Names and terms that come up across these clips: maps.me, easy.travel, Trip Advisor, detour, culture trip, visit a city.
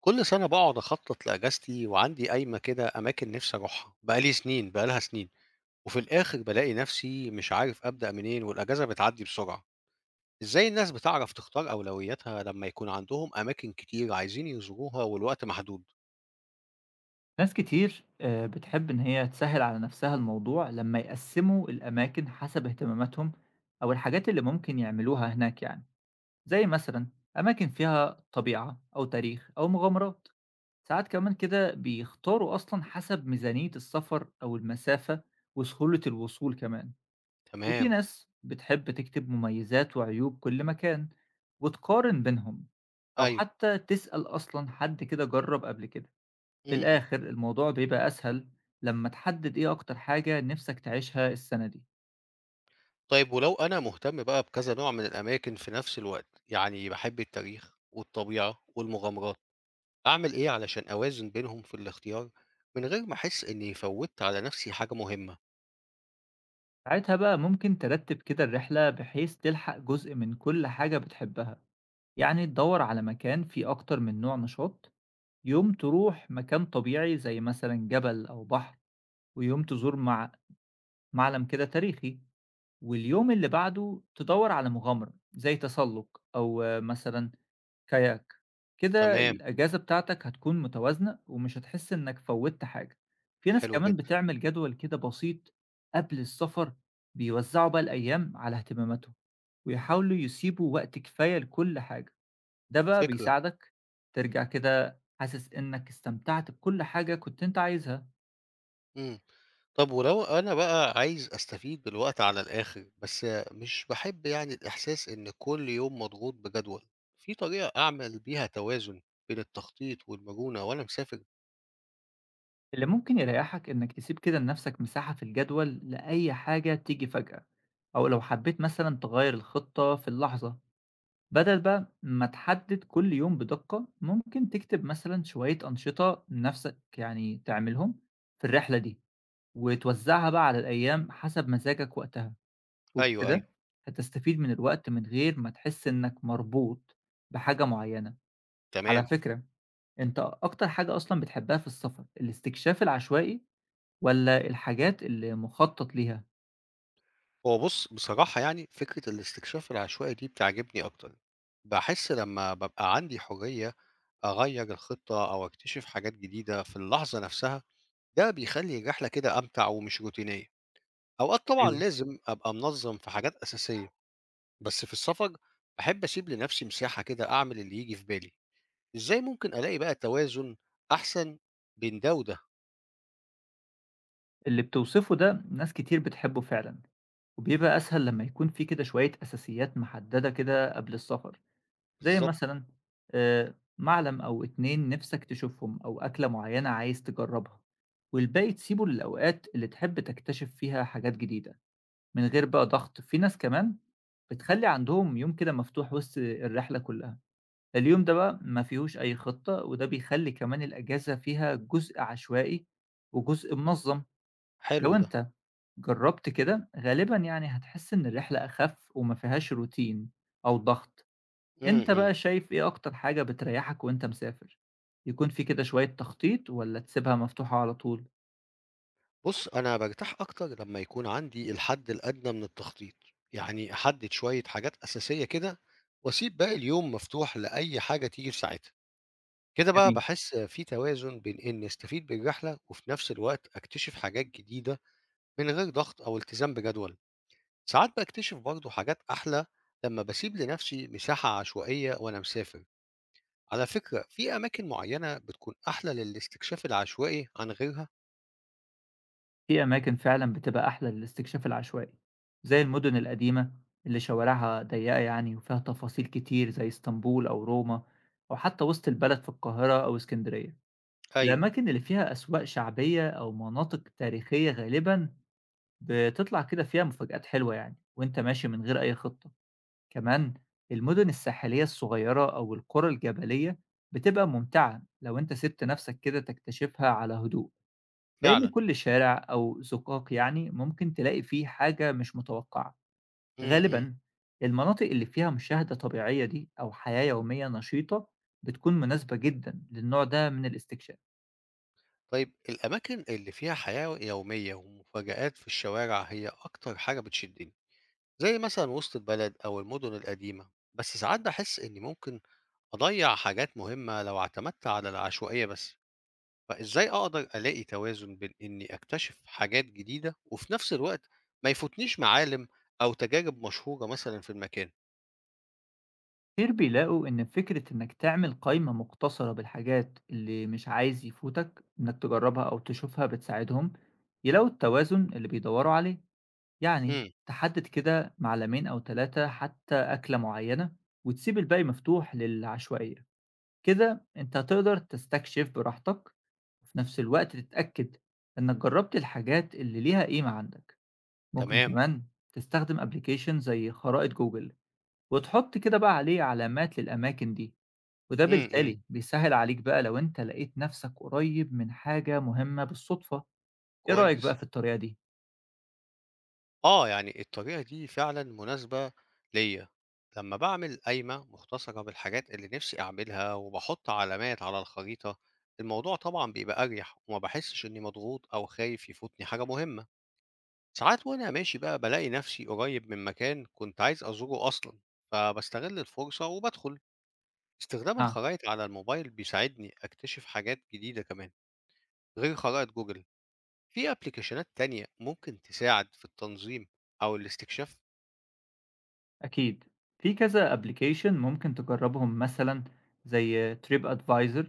كل سنة باقعد أخطط لأجازتي وعندي قايمة كده أماكن نفسي أروحها، بقالي سنين بقالها سنين، وفي الآخر بالاقي نفسي مش عارف أبدأ منين والأجازة بتعدي بسرعة، إزاي الناس بتعرف تختار أولوياتها لما يكون عندهم أماكن كتير عايزين يزوروها والوقت محدود؟ ناس كتير بتحب إن هي تسهل على نفسها الموضوع لما يقسموا الأماكن حسب اهتماماتهم أو الحاجات اللي ممكن يعملوها هناك يعني، زي مثلا أماكن فيها طبيعة أو تاريخ أو مغامرات. ساعات كمان كده بيختاروا أصلا حسب ميزانية السفر أو المسافة وسهولة الوصول كمان. وفي تمام، ناس بتحب تكتب مميزات وعيوب كل مكان وتقارن بينهم، أو أيوه، حتى تسأل أصلا حد كده جرب قبل كده. إمم، في إمم. الآخر الموضوع بيبقى أسهل لما تحدد إيه أكتر حاجة نفسك تعيشها السنة دي. طيب ولو أنا مهتم بقى بكذا نوع من الأماكن في نفس الوقت، يعني باحب التاريخ والطبيعة والمغامرات، أعمل إيه علشان أوازن بينهم في الاختيار من غير ما أحس إني فوّتّ على نفسي حاجة مهمة؟ ساعتها بقى ممكن ترتب كده الرحلة بحيث تلحق جزء من كل حاجة بتحبها، يعني تدور على مكان فيه أكتر من نوع نشاط. يوم تروح مكان طبيعي زي مثلا جبل أو بحر، ويوم تزور معلم كده تاريخي، واليوم اللي بعده تدور على مغامرة زي تسلق أو مثلا كاياك. كده تمام. الأجازة بتاعتك هتكون متوازنة ومش هتحس إنك فوّتّ حاجة. في ناس حلو كمان جدًا، بتعمل جدول كده بسيط قبل السفر، بيوزّعوا بقى الأيام على اهتماماتهم، ويحاولوا يسيبوا وقت كفاية لكل حاجة. ده بقى فكرة، بيساعدك ترجع كده حاسس إنك استمتعت بكل حاجة كنت أنت عايزها. إمم، طب ولو أنا بقى عايز أستفيد بالوقت على الآخر، بس مش باحب يعني الإحساس إن كل يوم مضغوط بجدول، في طريقة أعمل بيها توازن بين التخطيط والمرونة وأنا مسافر؟ اللي ممكن يريّحك إنك تسيب كده لنفسك مساحة في الجدول لأي حاجة تيجي فجأة، أو لو حبيت مثلًا تغيّر الخطة في اللحظة. بدل بقى ما تحدد كل يوم بدقة، ممكن تكتب مثلا شوية أنشطة نفسك يعني تعملهم في الرحلة دي، وتوزعها بقى على الأيام حسب مزاجك وقتها. أيوه، أيوه، وبكده هتستفيد من الوقت من غير ما تحس إنك مربوط بحاجة معينة. على تمام، فكرة، أنت أكتر حاجة أصلا بتحبها في السفر الاستكشاف العشوائي ولا الحاجات اللي مخطط ليها؟ هو بُص بصراحة يعني فكرة الاستكشاف العشوائي دي بتعجبني أكتر، باحس لمّا بابقى عندي حرية أغيّر الخطة أو أكتشف حاجات جديدة في اللحظة نفسها، ده بيخلّي الرحلة كده أمتع ومش روتينية. أوقات طبعًا ايوه، لازم أبقى منظّم في حاجات أساسية، بس في السفر باحب أسيب لنفسي مساحة كده أعمل اللي ييجي في بالي. إزاي ممكن ألاقي بقى توازن أحسن بين ده وده؟ اللي بتوصفه ده ناس كتير بتحبه فعلا، وبيبقى أسهل لما يكون في كده شوية أساسيات محددة كده قبل السفر. زي بالضبط، مثلا معلم أو اتنين نفسك تشوفهم أو أكلة معينة عايز تجربها، والباقي تسيبه للأوقات اللي تحب تكتشف فيها حاجات جديدة من غير بقى ضغط. في ناس كمان بتخلي عندهم يوم كده مفتوح وسط الرحلة كلها، اليوم ده بقى ما فيهوش أي خطة، وده بيخلي كمان الأجازة فيها جزء عشوائي وجزء منظم. حلو لو ده. أنت جرّبت كده، غالبًا يعني هتحس إن الرحلة أخف وما فيهاش روتين أو ضغط. إمم، أنت إمم. بقى شايف إيه أكتر حاجة بتريّحك وأنت مسافر؟ يكون في كده شوية تخطيط والّا تسيبها مفتوحة على طول؟ بُص، أنا بارتاح أكتر لمّا يكون عندي الحد الأدنى من التخطيط، يعني أحدد شوية حاجات أساسية كده وأسيب باقي اليوم مفتوح لأي حاجة تيجي في ساعتها. كده بقى جميل. باحس في توازن بين إني أستفيد بالرحلة وفي نفس الوقت أكتشف حاجات جديدة من غير ضغط أو التزام بجدول. ساعات باكتشف برضه حاجات أحلى لما باسيب لنفسي مساحة عشوائية وأنا مسافر، على فكرة في أماكن معينة بتكون أحلى للاستكشاف العشوائي عن غيرها؟ في أماكن فعلًا بتبقى أحلى للاستكشاف العشوائي، زي المدن القديمة اللي شوارعها ضيّقة يعني وفيها تفاصيل كتير، زي اسطنبول أو روما، أو حتى وسط البلد في القاهرة أو إسكندرية. أيوه الأماكن اللي فيها أسواق شعبية أو مناطق تاريخية غالبًا بتطلع كده فيها مفاجآت حلوة يعني وأنت ماشي من غير أي خطة. كمان المدن الساحلية الصغيرة أو القرى الجبلية بتبقى ممتعة لو أنت سِبت نفسك كده تكتشفها على هدوء، لأن فعلا كل شارع أو زقاق يعني ممكن تلاقي فيه حاجة مش متوقعة. أمم. غالبًا المناطق اللي فيها مشاهدة طبيعية دي أو حياة يومية نشيطة بتكون مناسبة جدًا للنوع ده من الاستكشاف. طيب الأماكن اللي فيها حياة يومية ومفاجآت في الشوارع هي أكتر حاجة بتشدني، زي مثلا وسط البلد أو المدن القديمة، بس ساعات بحس إني ممكن أضيع حاجات مهمة لو اعتمدت على العشوائية بس. فإزاي أقدر ألاقي توازن بين إني أكتشف حاجات جديدة وفي نفس الوقت ما يفوتنيش معالم أو تجارب مشهورة مثلًا في المكان؟ كتير بيلاقوا إن فكرة إنك تعمل قائمة مقتصرة بالحاجات اللي مش عايز يفوتك إنك تجربها أو تشوفها بتساعدهم يلاقوا التوازن اللي بيدوروا عليه. يعني إمم، تحدد كده معلمين أو ثلاثة، حتى أكلة معينة، وتسيب الباقي مفتوح للعشوائية. كده أنت هتقدر تستكشف براحتك، وفي نفس الوقت تتأكد إنك جربت الحاجات اللي ليها قيمة عندك. ممكن تمام، كمان تستخدم أبليكيشن زي خرائط جوجل، وتحط كده بقى عليه علامات للأماكن دي، وده إمم، إمم، بالتالي بيسهل عليك بقى لو أنت لقيت نفسك قريب من حاجة مهمة بالصدفة. إيه رأيك بقى كويس. في الطريقة دي؟ آه، يعني الطريقة دي فعلًا مناسبة ليّا. لمّا باعمل قايمة مختصرة بالحاجات اللي نفسي أعملها وباحط علامات على الخريطة، الموضوع طبعًا بيبقى أريح وما باحسش إني مضغوط أو خايف يفوتني حاجة مهمة. ساعات وأنا ماشي بقى بالاقي نفسي قريب من مكان كنت عايز أزوره أصلا فبستغل الفرصة وبدخل استخدام آه الخرائط على الموبايل بيساعدني أكتشف حاجات جديدة كمان غير خرائط جوجل في أبليكيشنات تانية ممكن تساعد في التنظيم أو الاستكشاف أكيد، في كذا application ممكن تجربهم مثلًا زي Trip Advisor،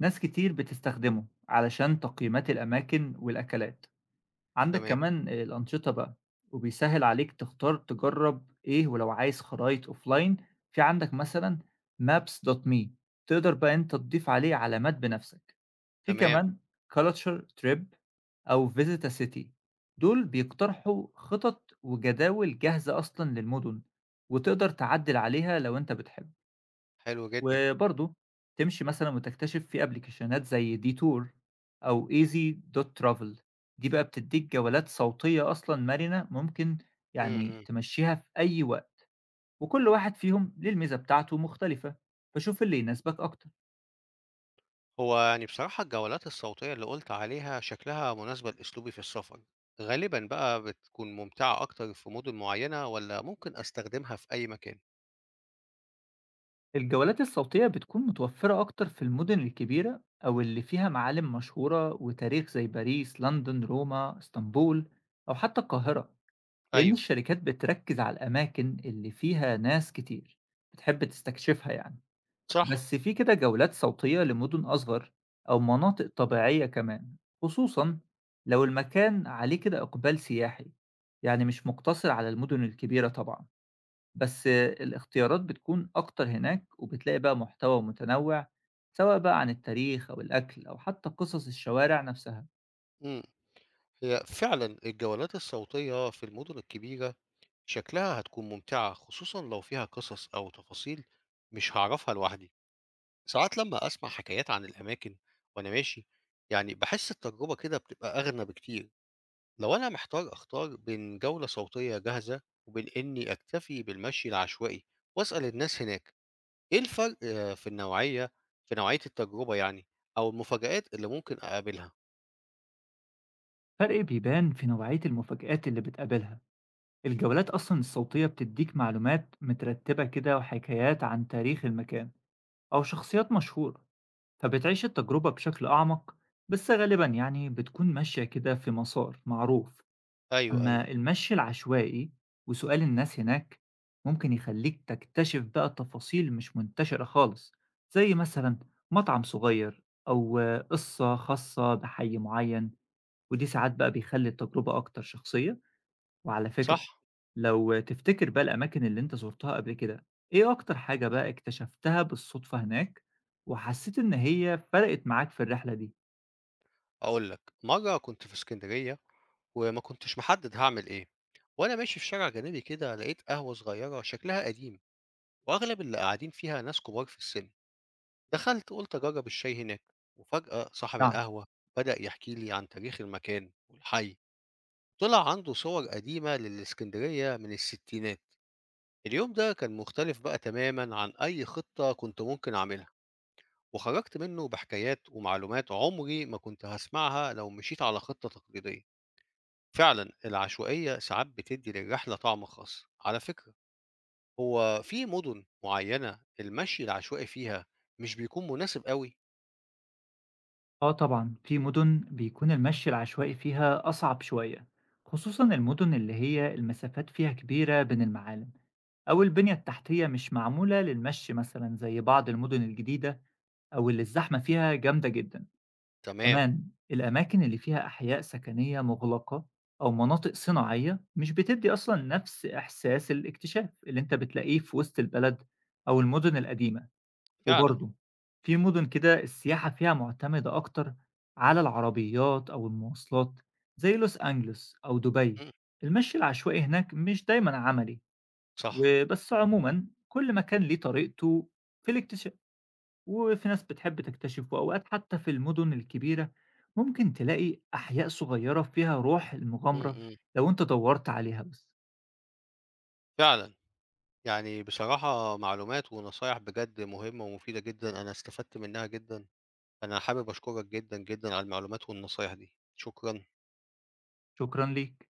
ناس كتير بتستخدمه علشان تقييمات الأماكن والأكلات. عندك تمام كمان الأنشطة بقى، وبيسهل عليك تختار تجرب إيه. ولو عايز خرايط أوفلاين، في عندك مثلا maps.me، تقدر بقى أنت تضيف عليه علامات بنفسك. في تمام كمان culture trip أو visit a city، دول بيقترحوا خطط وجداول جاهزة أصلا للمدن، وتقدر تعدل عليها لو أنت بتحب. حلو جدا وبرضه تمشي مثلًا وتكتشف في أبلكيشنات زي detour أو easy.travel، دي بقى بتدّيك جولات صوتية أصلًا مرنة، ممكن يعني م-م. تمشّيها في أي وقت. وكل واحد فيهم ليه الميزة بتاعته مختلفة، فشوف اللي يناسبك أكتر. هو يعني بصراحة الجولات الصوتية اللي قلت عليها شكلها مناسبة لأسلوبي في السفر غالبا بقى بتكون ممتعة أكتر في مدن معينة ولا ممكن أستخدمها في أي مكان الجولات الصوتية بتكون متوفرة أكتر في المدن الكبيرة أو اللي فيها معالم مشهورة وتاريخ، زي باريس، لندن، روما، اسطنبول، أو حتى القاهرة. لأن أيوه الشركات بتركز على الأماكن اللي فيها ناس كتير بتحب تستكشفها يعني. صح بس في كده جولات صوتية لمدن أصغر أو مناطق طبيعية كمان، خصوصا لو المكان عليه كده إقبال سياحي. يعني مش مقتصر على المدن الكبيرة طبعا، بس الاختيارات بتكون أكتر هناك، وبتلاقي بقى محتوى متنوع، سواء بقى عن التاريخ أو الأكل أو حتى قصص الشوارع نفسها. إمم، هي فعلًا الجولات الصوتية في المدن الكبيرة شكلها هتكون ممتعة، خصوصًا لو فيها قصص أو تفاصيل مش هاعرفها لوحدي. ساعات لمّا أسمع حكايات عن الأماكن وأنا ماشي، يعني باحس التجربة كده بتبقى أغنى بكتير. لو أنا محتار أختار بين جولة صوتية جاهزة وبين إني أكتفي بالمشي العشوائي وأسأل الناس هناك، إيه الفرق في نوعية التجربة يعني أو المفاجآت اللي ممكن أقابلها؟ فرق بيبان في نوعية المفاجآت اللي بتقابلها. الجولات أصلا الصوتية بتديك معلومات مترتبة كده وحكايات عن تاريخ المكان أو شخصيات مشهورة، فبتعيش التجربة بشكل أعمق، بس غالبا يعني بتكون ماشية كده في مسار معروف. أيوه، أيوه، أما المشي العشوائي وسؤال الناس هناك، ممكن يخليك تكتشف بقى تفاصيل مش منتشرة خالص، زي مثلا مطعم صغير أو قصة خاصة بحي معين، ودي ساعات بقى بيخلي التجربة أكتر شخصية. وعلى صح. فكرة، لو تفتكر بقى الأماكن اللي أنت زُرتها قبل كده، إيه أكتر حاجة بقى اكتشفتها بالصدفة هناك، وحسّيت إن هي فرقِت معاك في الرحلة دي؟ أقول لك مرة كنت في اسكندرية وما كنتش محدد هاعمل إيه وأنا ماشي في شارع جانبي كده لقيت قهوة صغيرة شكلها قديم وأغلب اللي قاعدين فيها ناس كبار في السن دخلت قلت أجرب الشاي هناك وفجأة صاحب نعم. القهوة بدأ يحكي لي عن تاريخ المكان والحي طلع عنده صور قديمة للإسكندرية من الستينات اليوم ده كان مختلف بقى تماما عن أي خطة كنت ممكن أعملها وخرجت منه بحكايات ومعلومات عمري ما كنت هسمعها لو مشيت على خطة تقليدية فعلًا العشوائية ساعات بتدّي للرحلة طعم خاص، على فكرة هو في مدن معيّنة المشي العشوائي فيها مش بيكون مناسب أوي؟ آه طبعًا، في مُدن بيكون المشي العشوائي فيها أصعب شوية، خصوصًا المُدن اللي هي المسافات فيها كبيرة بين المعالم، أو البنية التحتية مش معمولة للمشي مثلًا زي بعض المُدن الجديدة أو اللي الزحمة فيها جامدة جدًا. تمام، كمان الأماكن اللي فيها أحياء سكنية مغلقة أو مناطق صناعية مش بتدي أصلا نفس إحساس الاكتشاف اللي أنت بتلاقيه في وسط البلد أو المدن القديمة. فعلًا، وبرضه في مدن كده السياحة فيها معتمدة أكتر على العربيات أو المواصلات، زي لوس أنجلوس أو دبي. إمم، المشي العشوائي هناك مش دايما عملي. صح، وبس عموما كل مكان ليه طريقته في الاكتشاف، وفي ناس بتحب تكتشف، وأوقات حتى في المدن الكبيرة ممكن تلاقي أحياء صغيرة فيها روح إمم، المغامرة إمم، لو أنت دورت عليها بس. فعلًا، يعني بصراحة معلومات ونصايح بجد مهمة ومفيدة جدًا، أنا استفدت منها جدًا، أنا حابب أشكرك جدًا، جدًا على المعلومات والنصايح دي، شكرًا. شكرا ليك.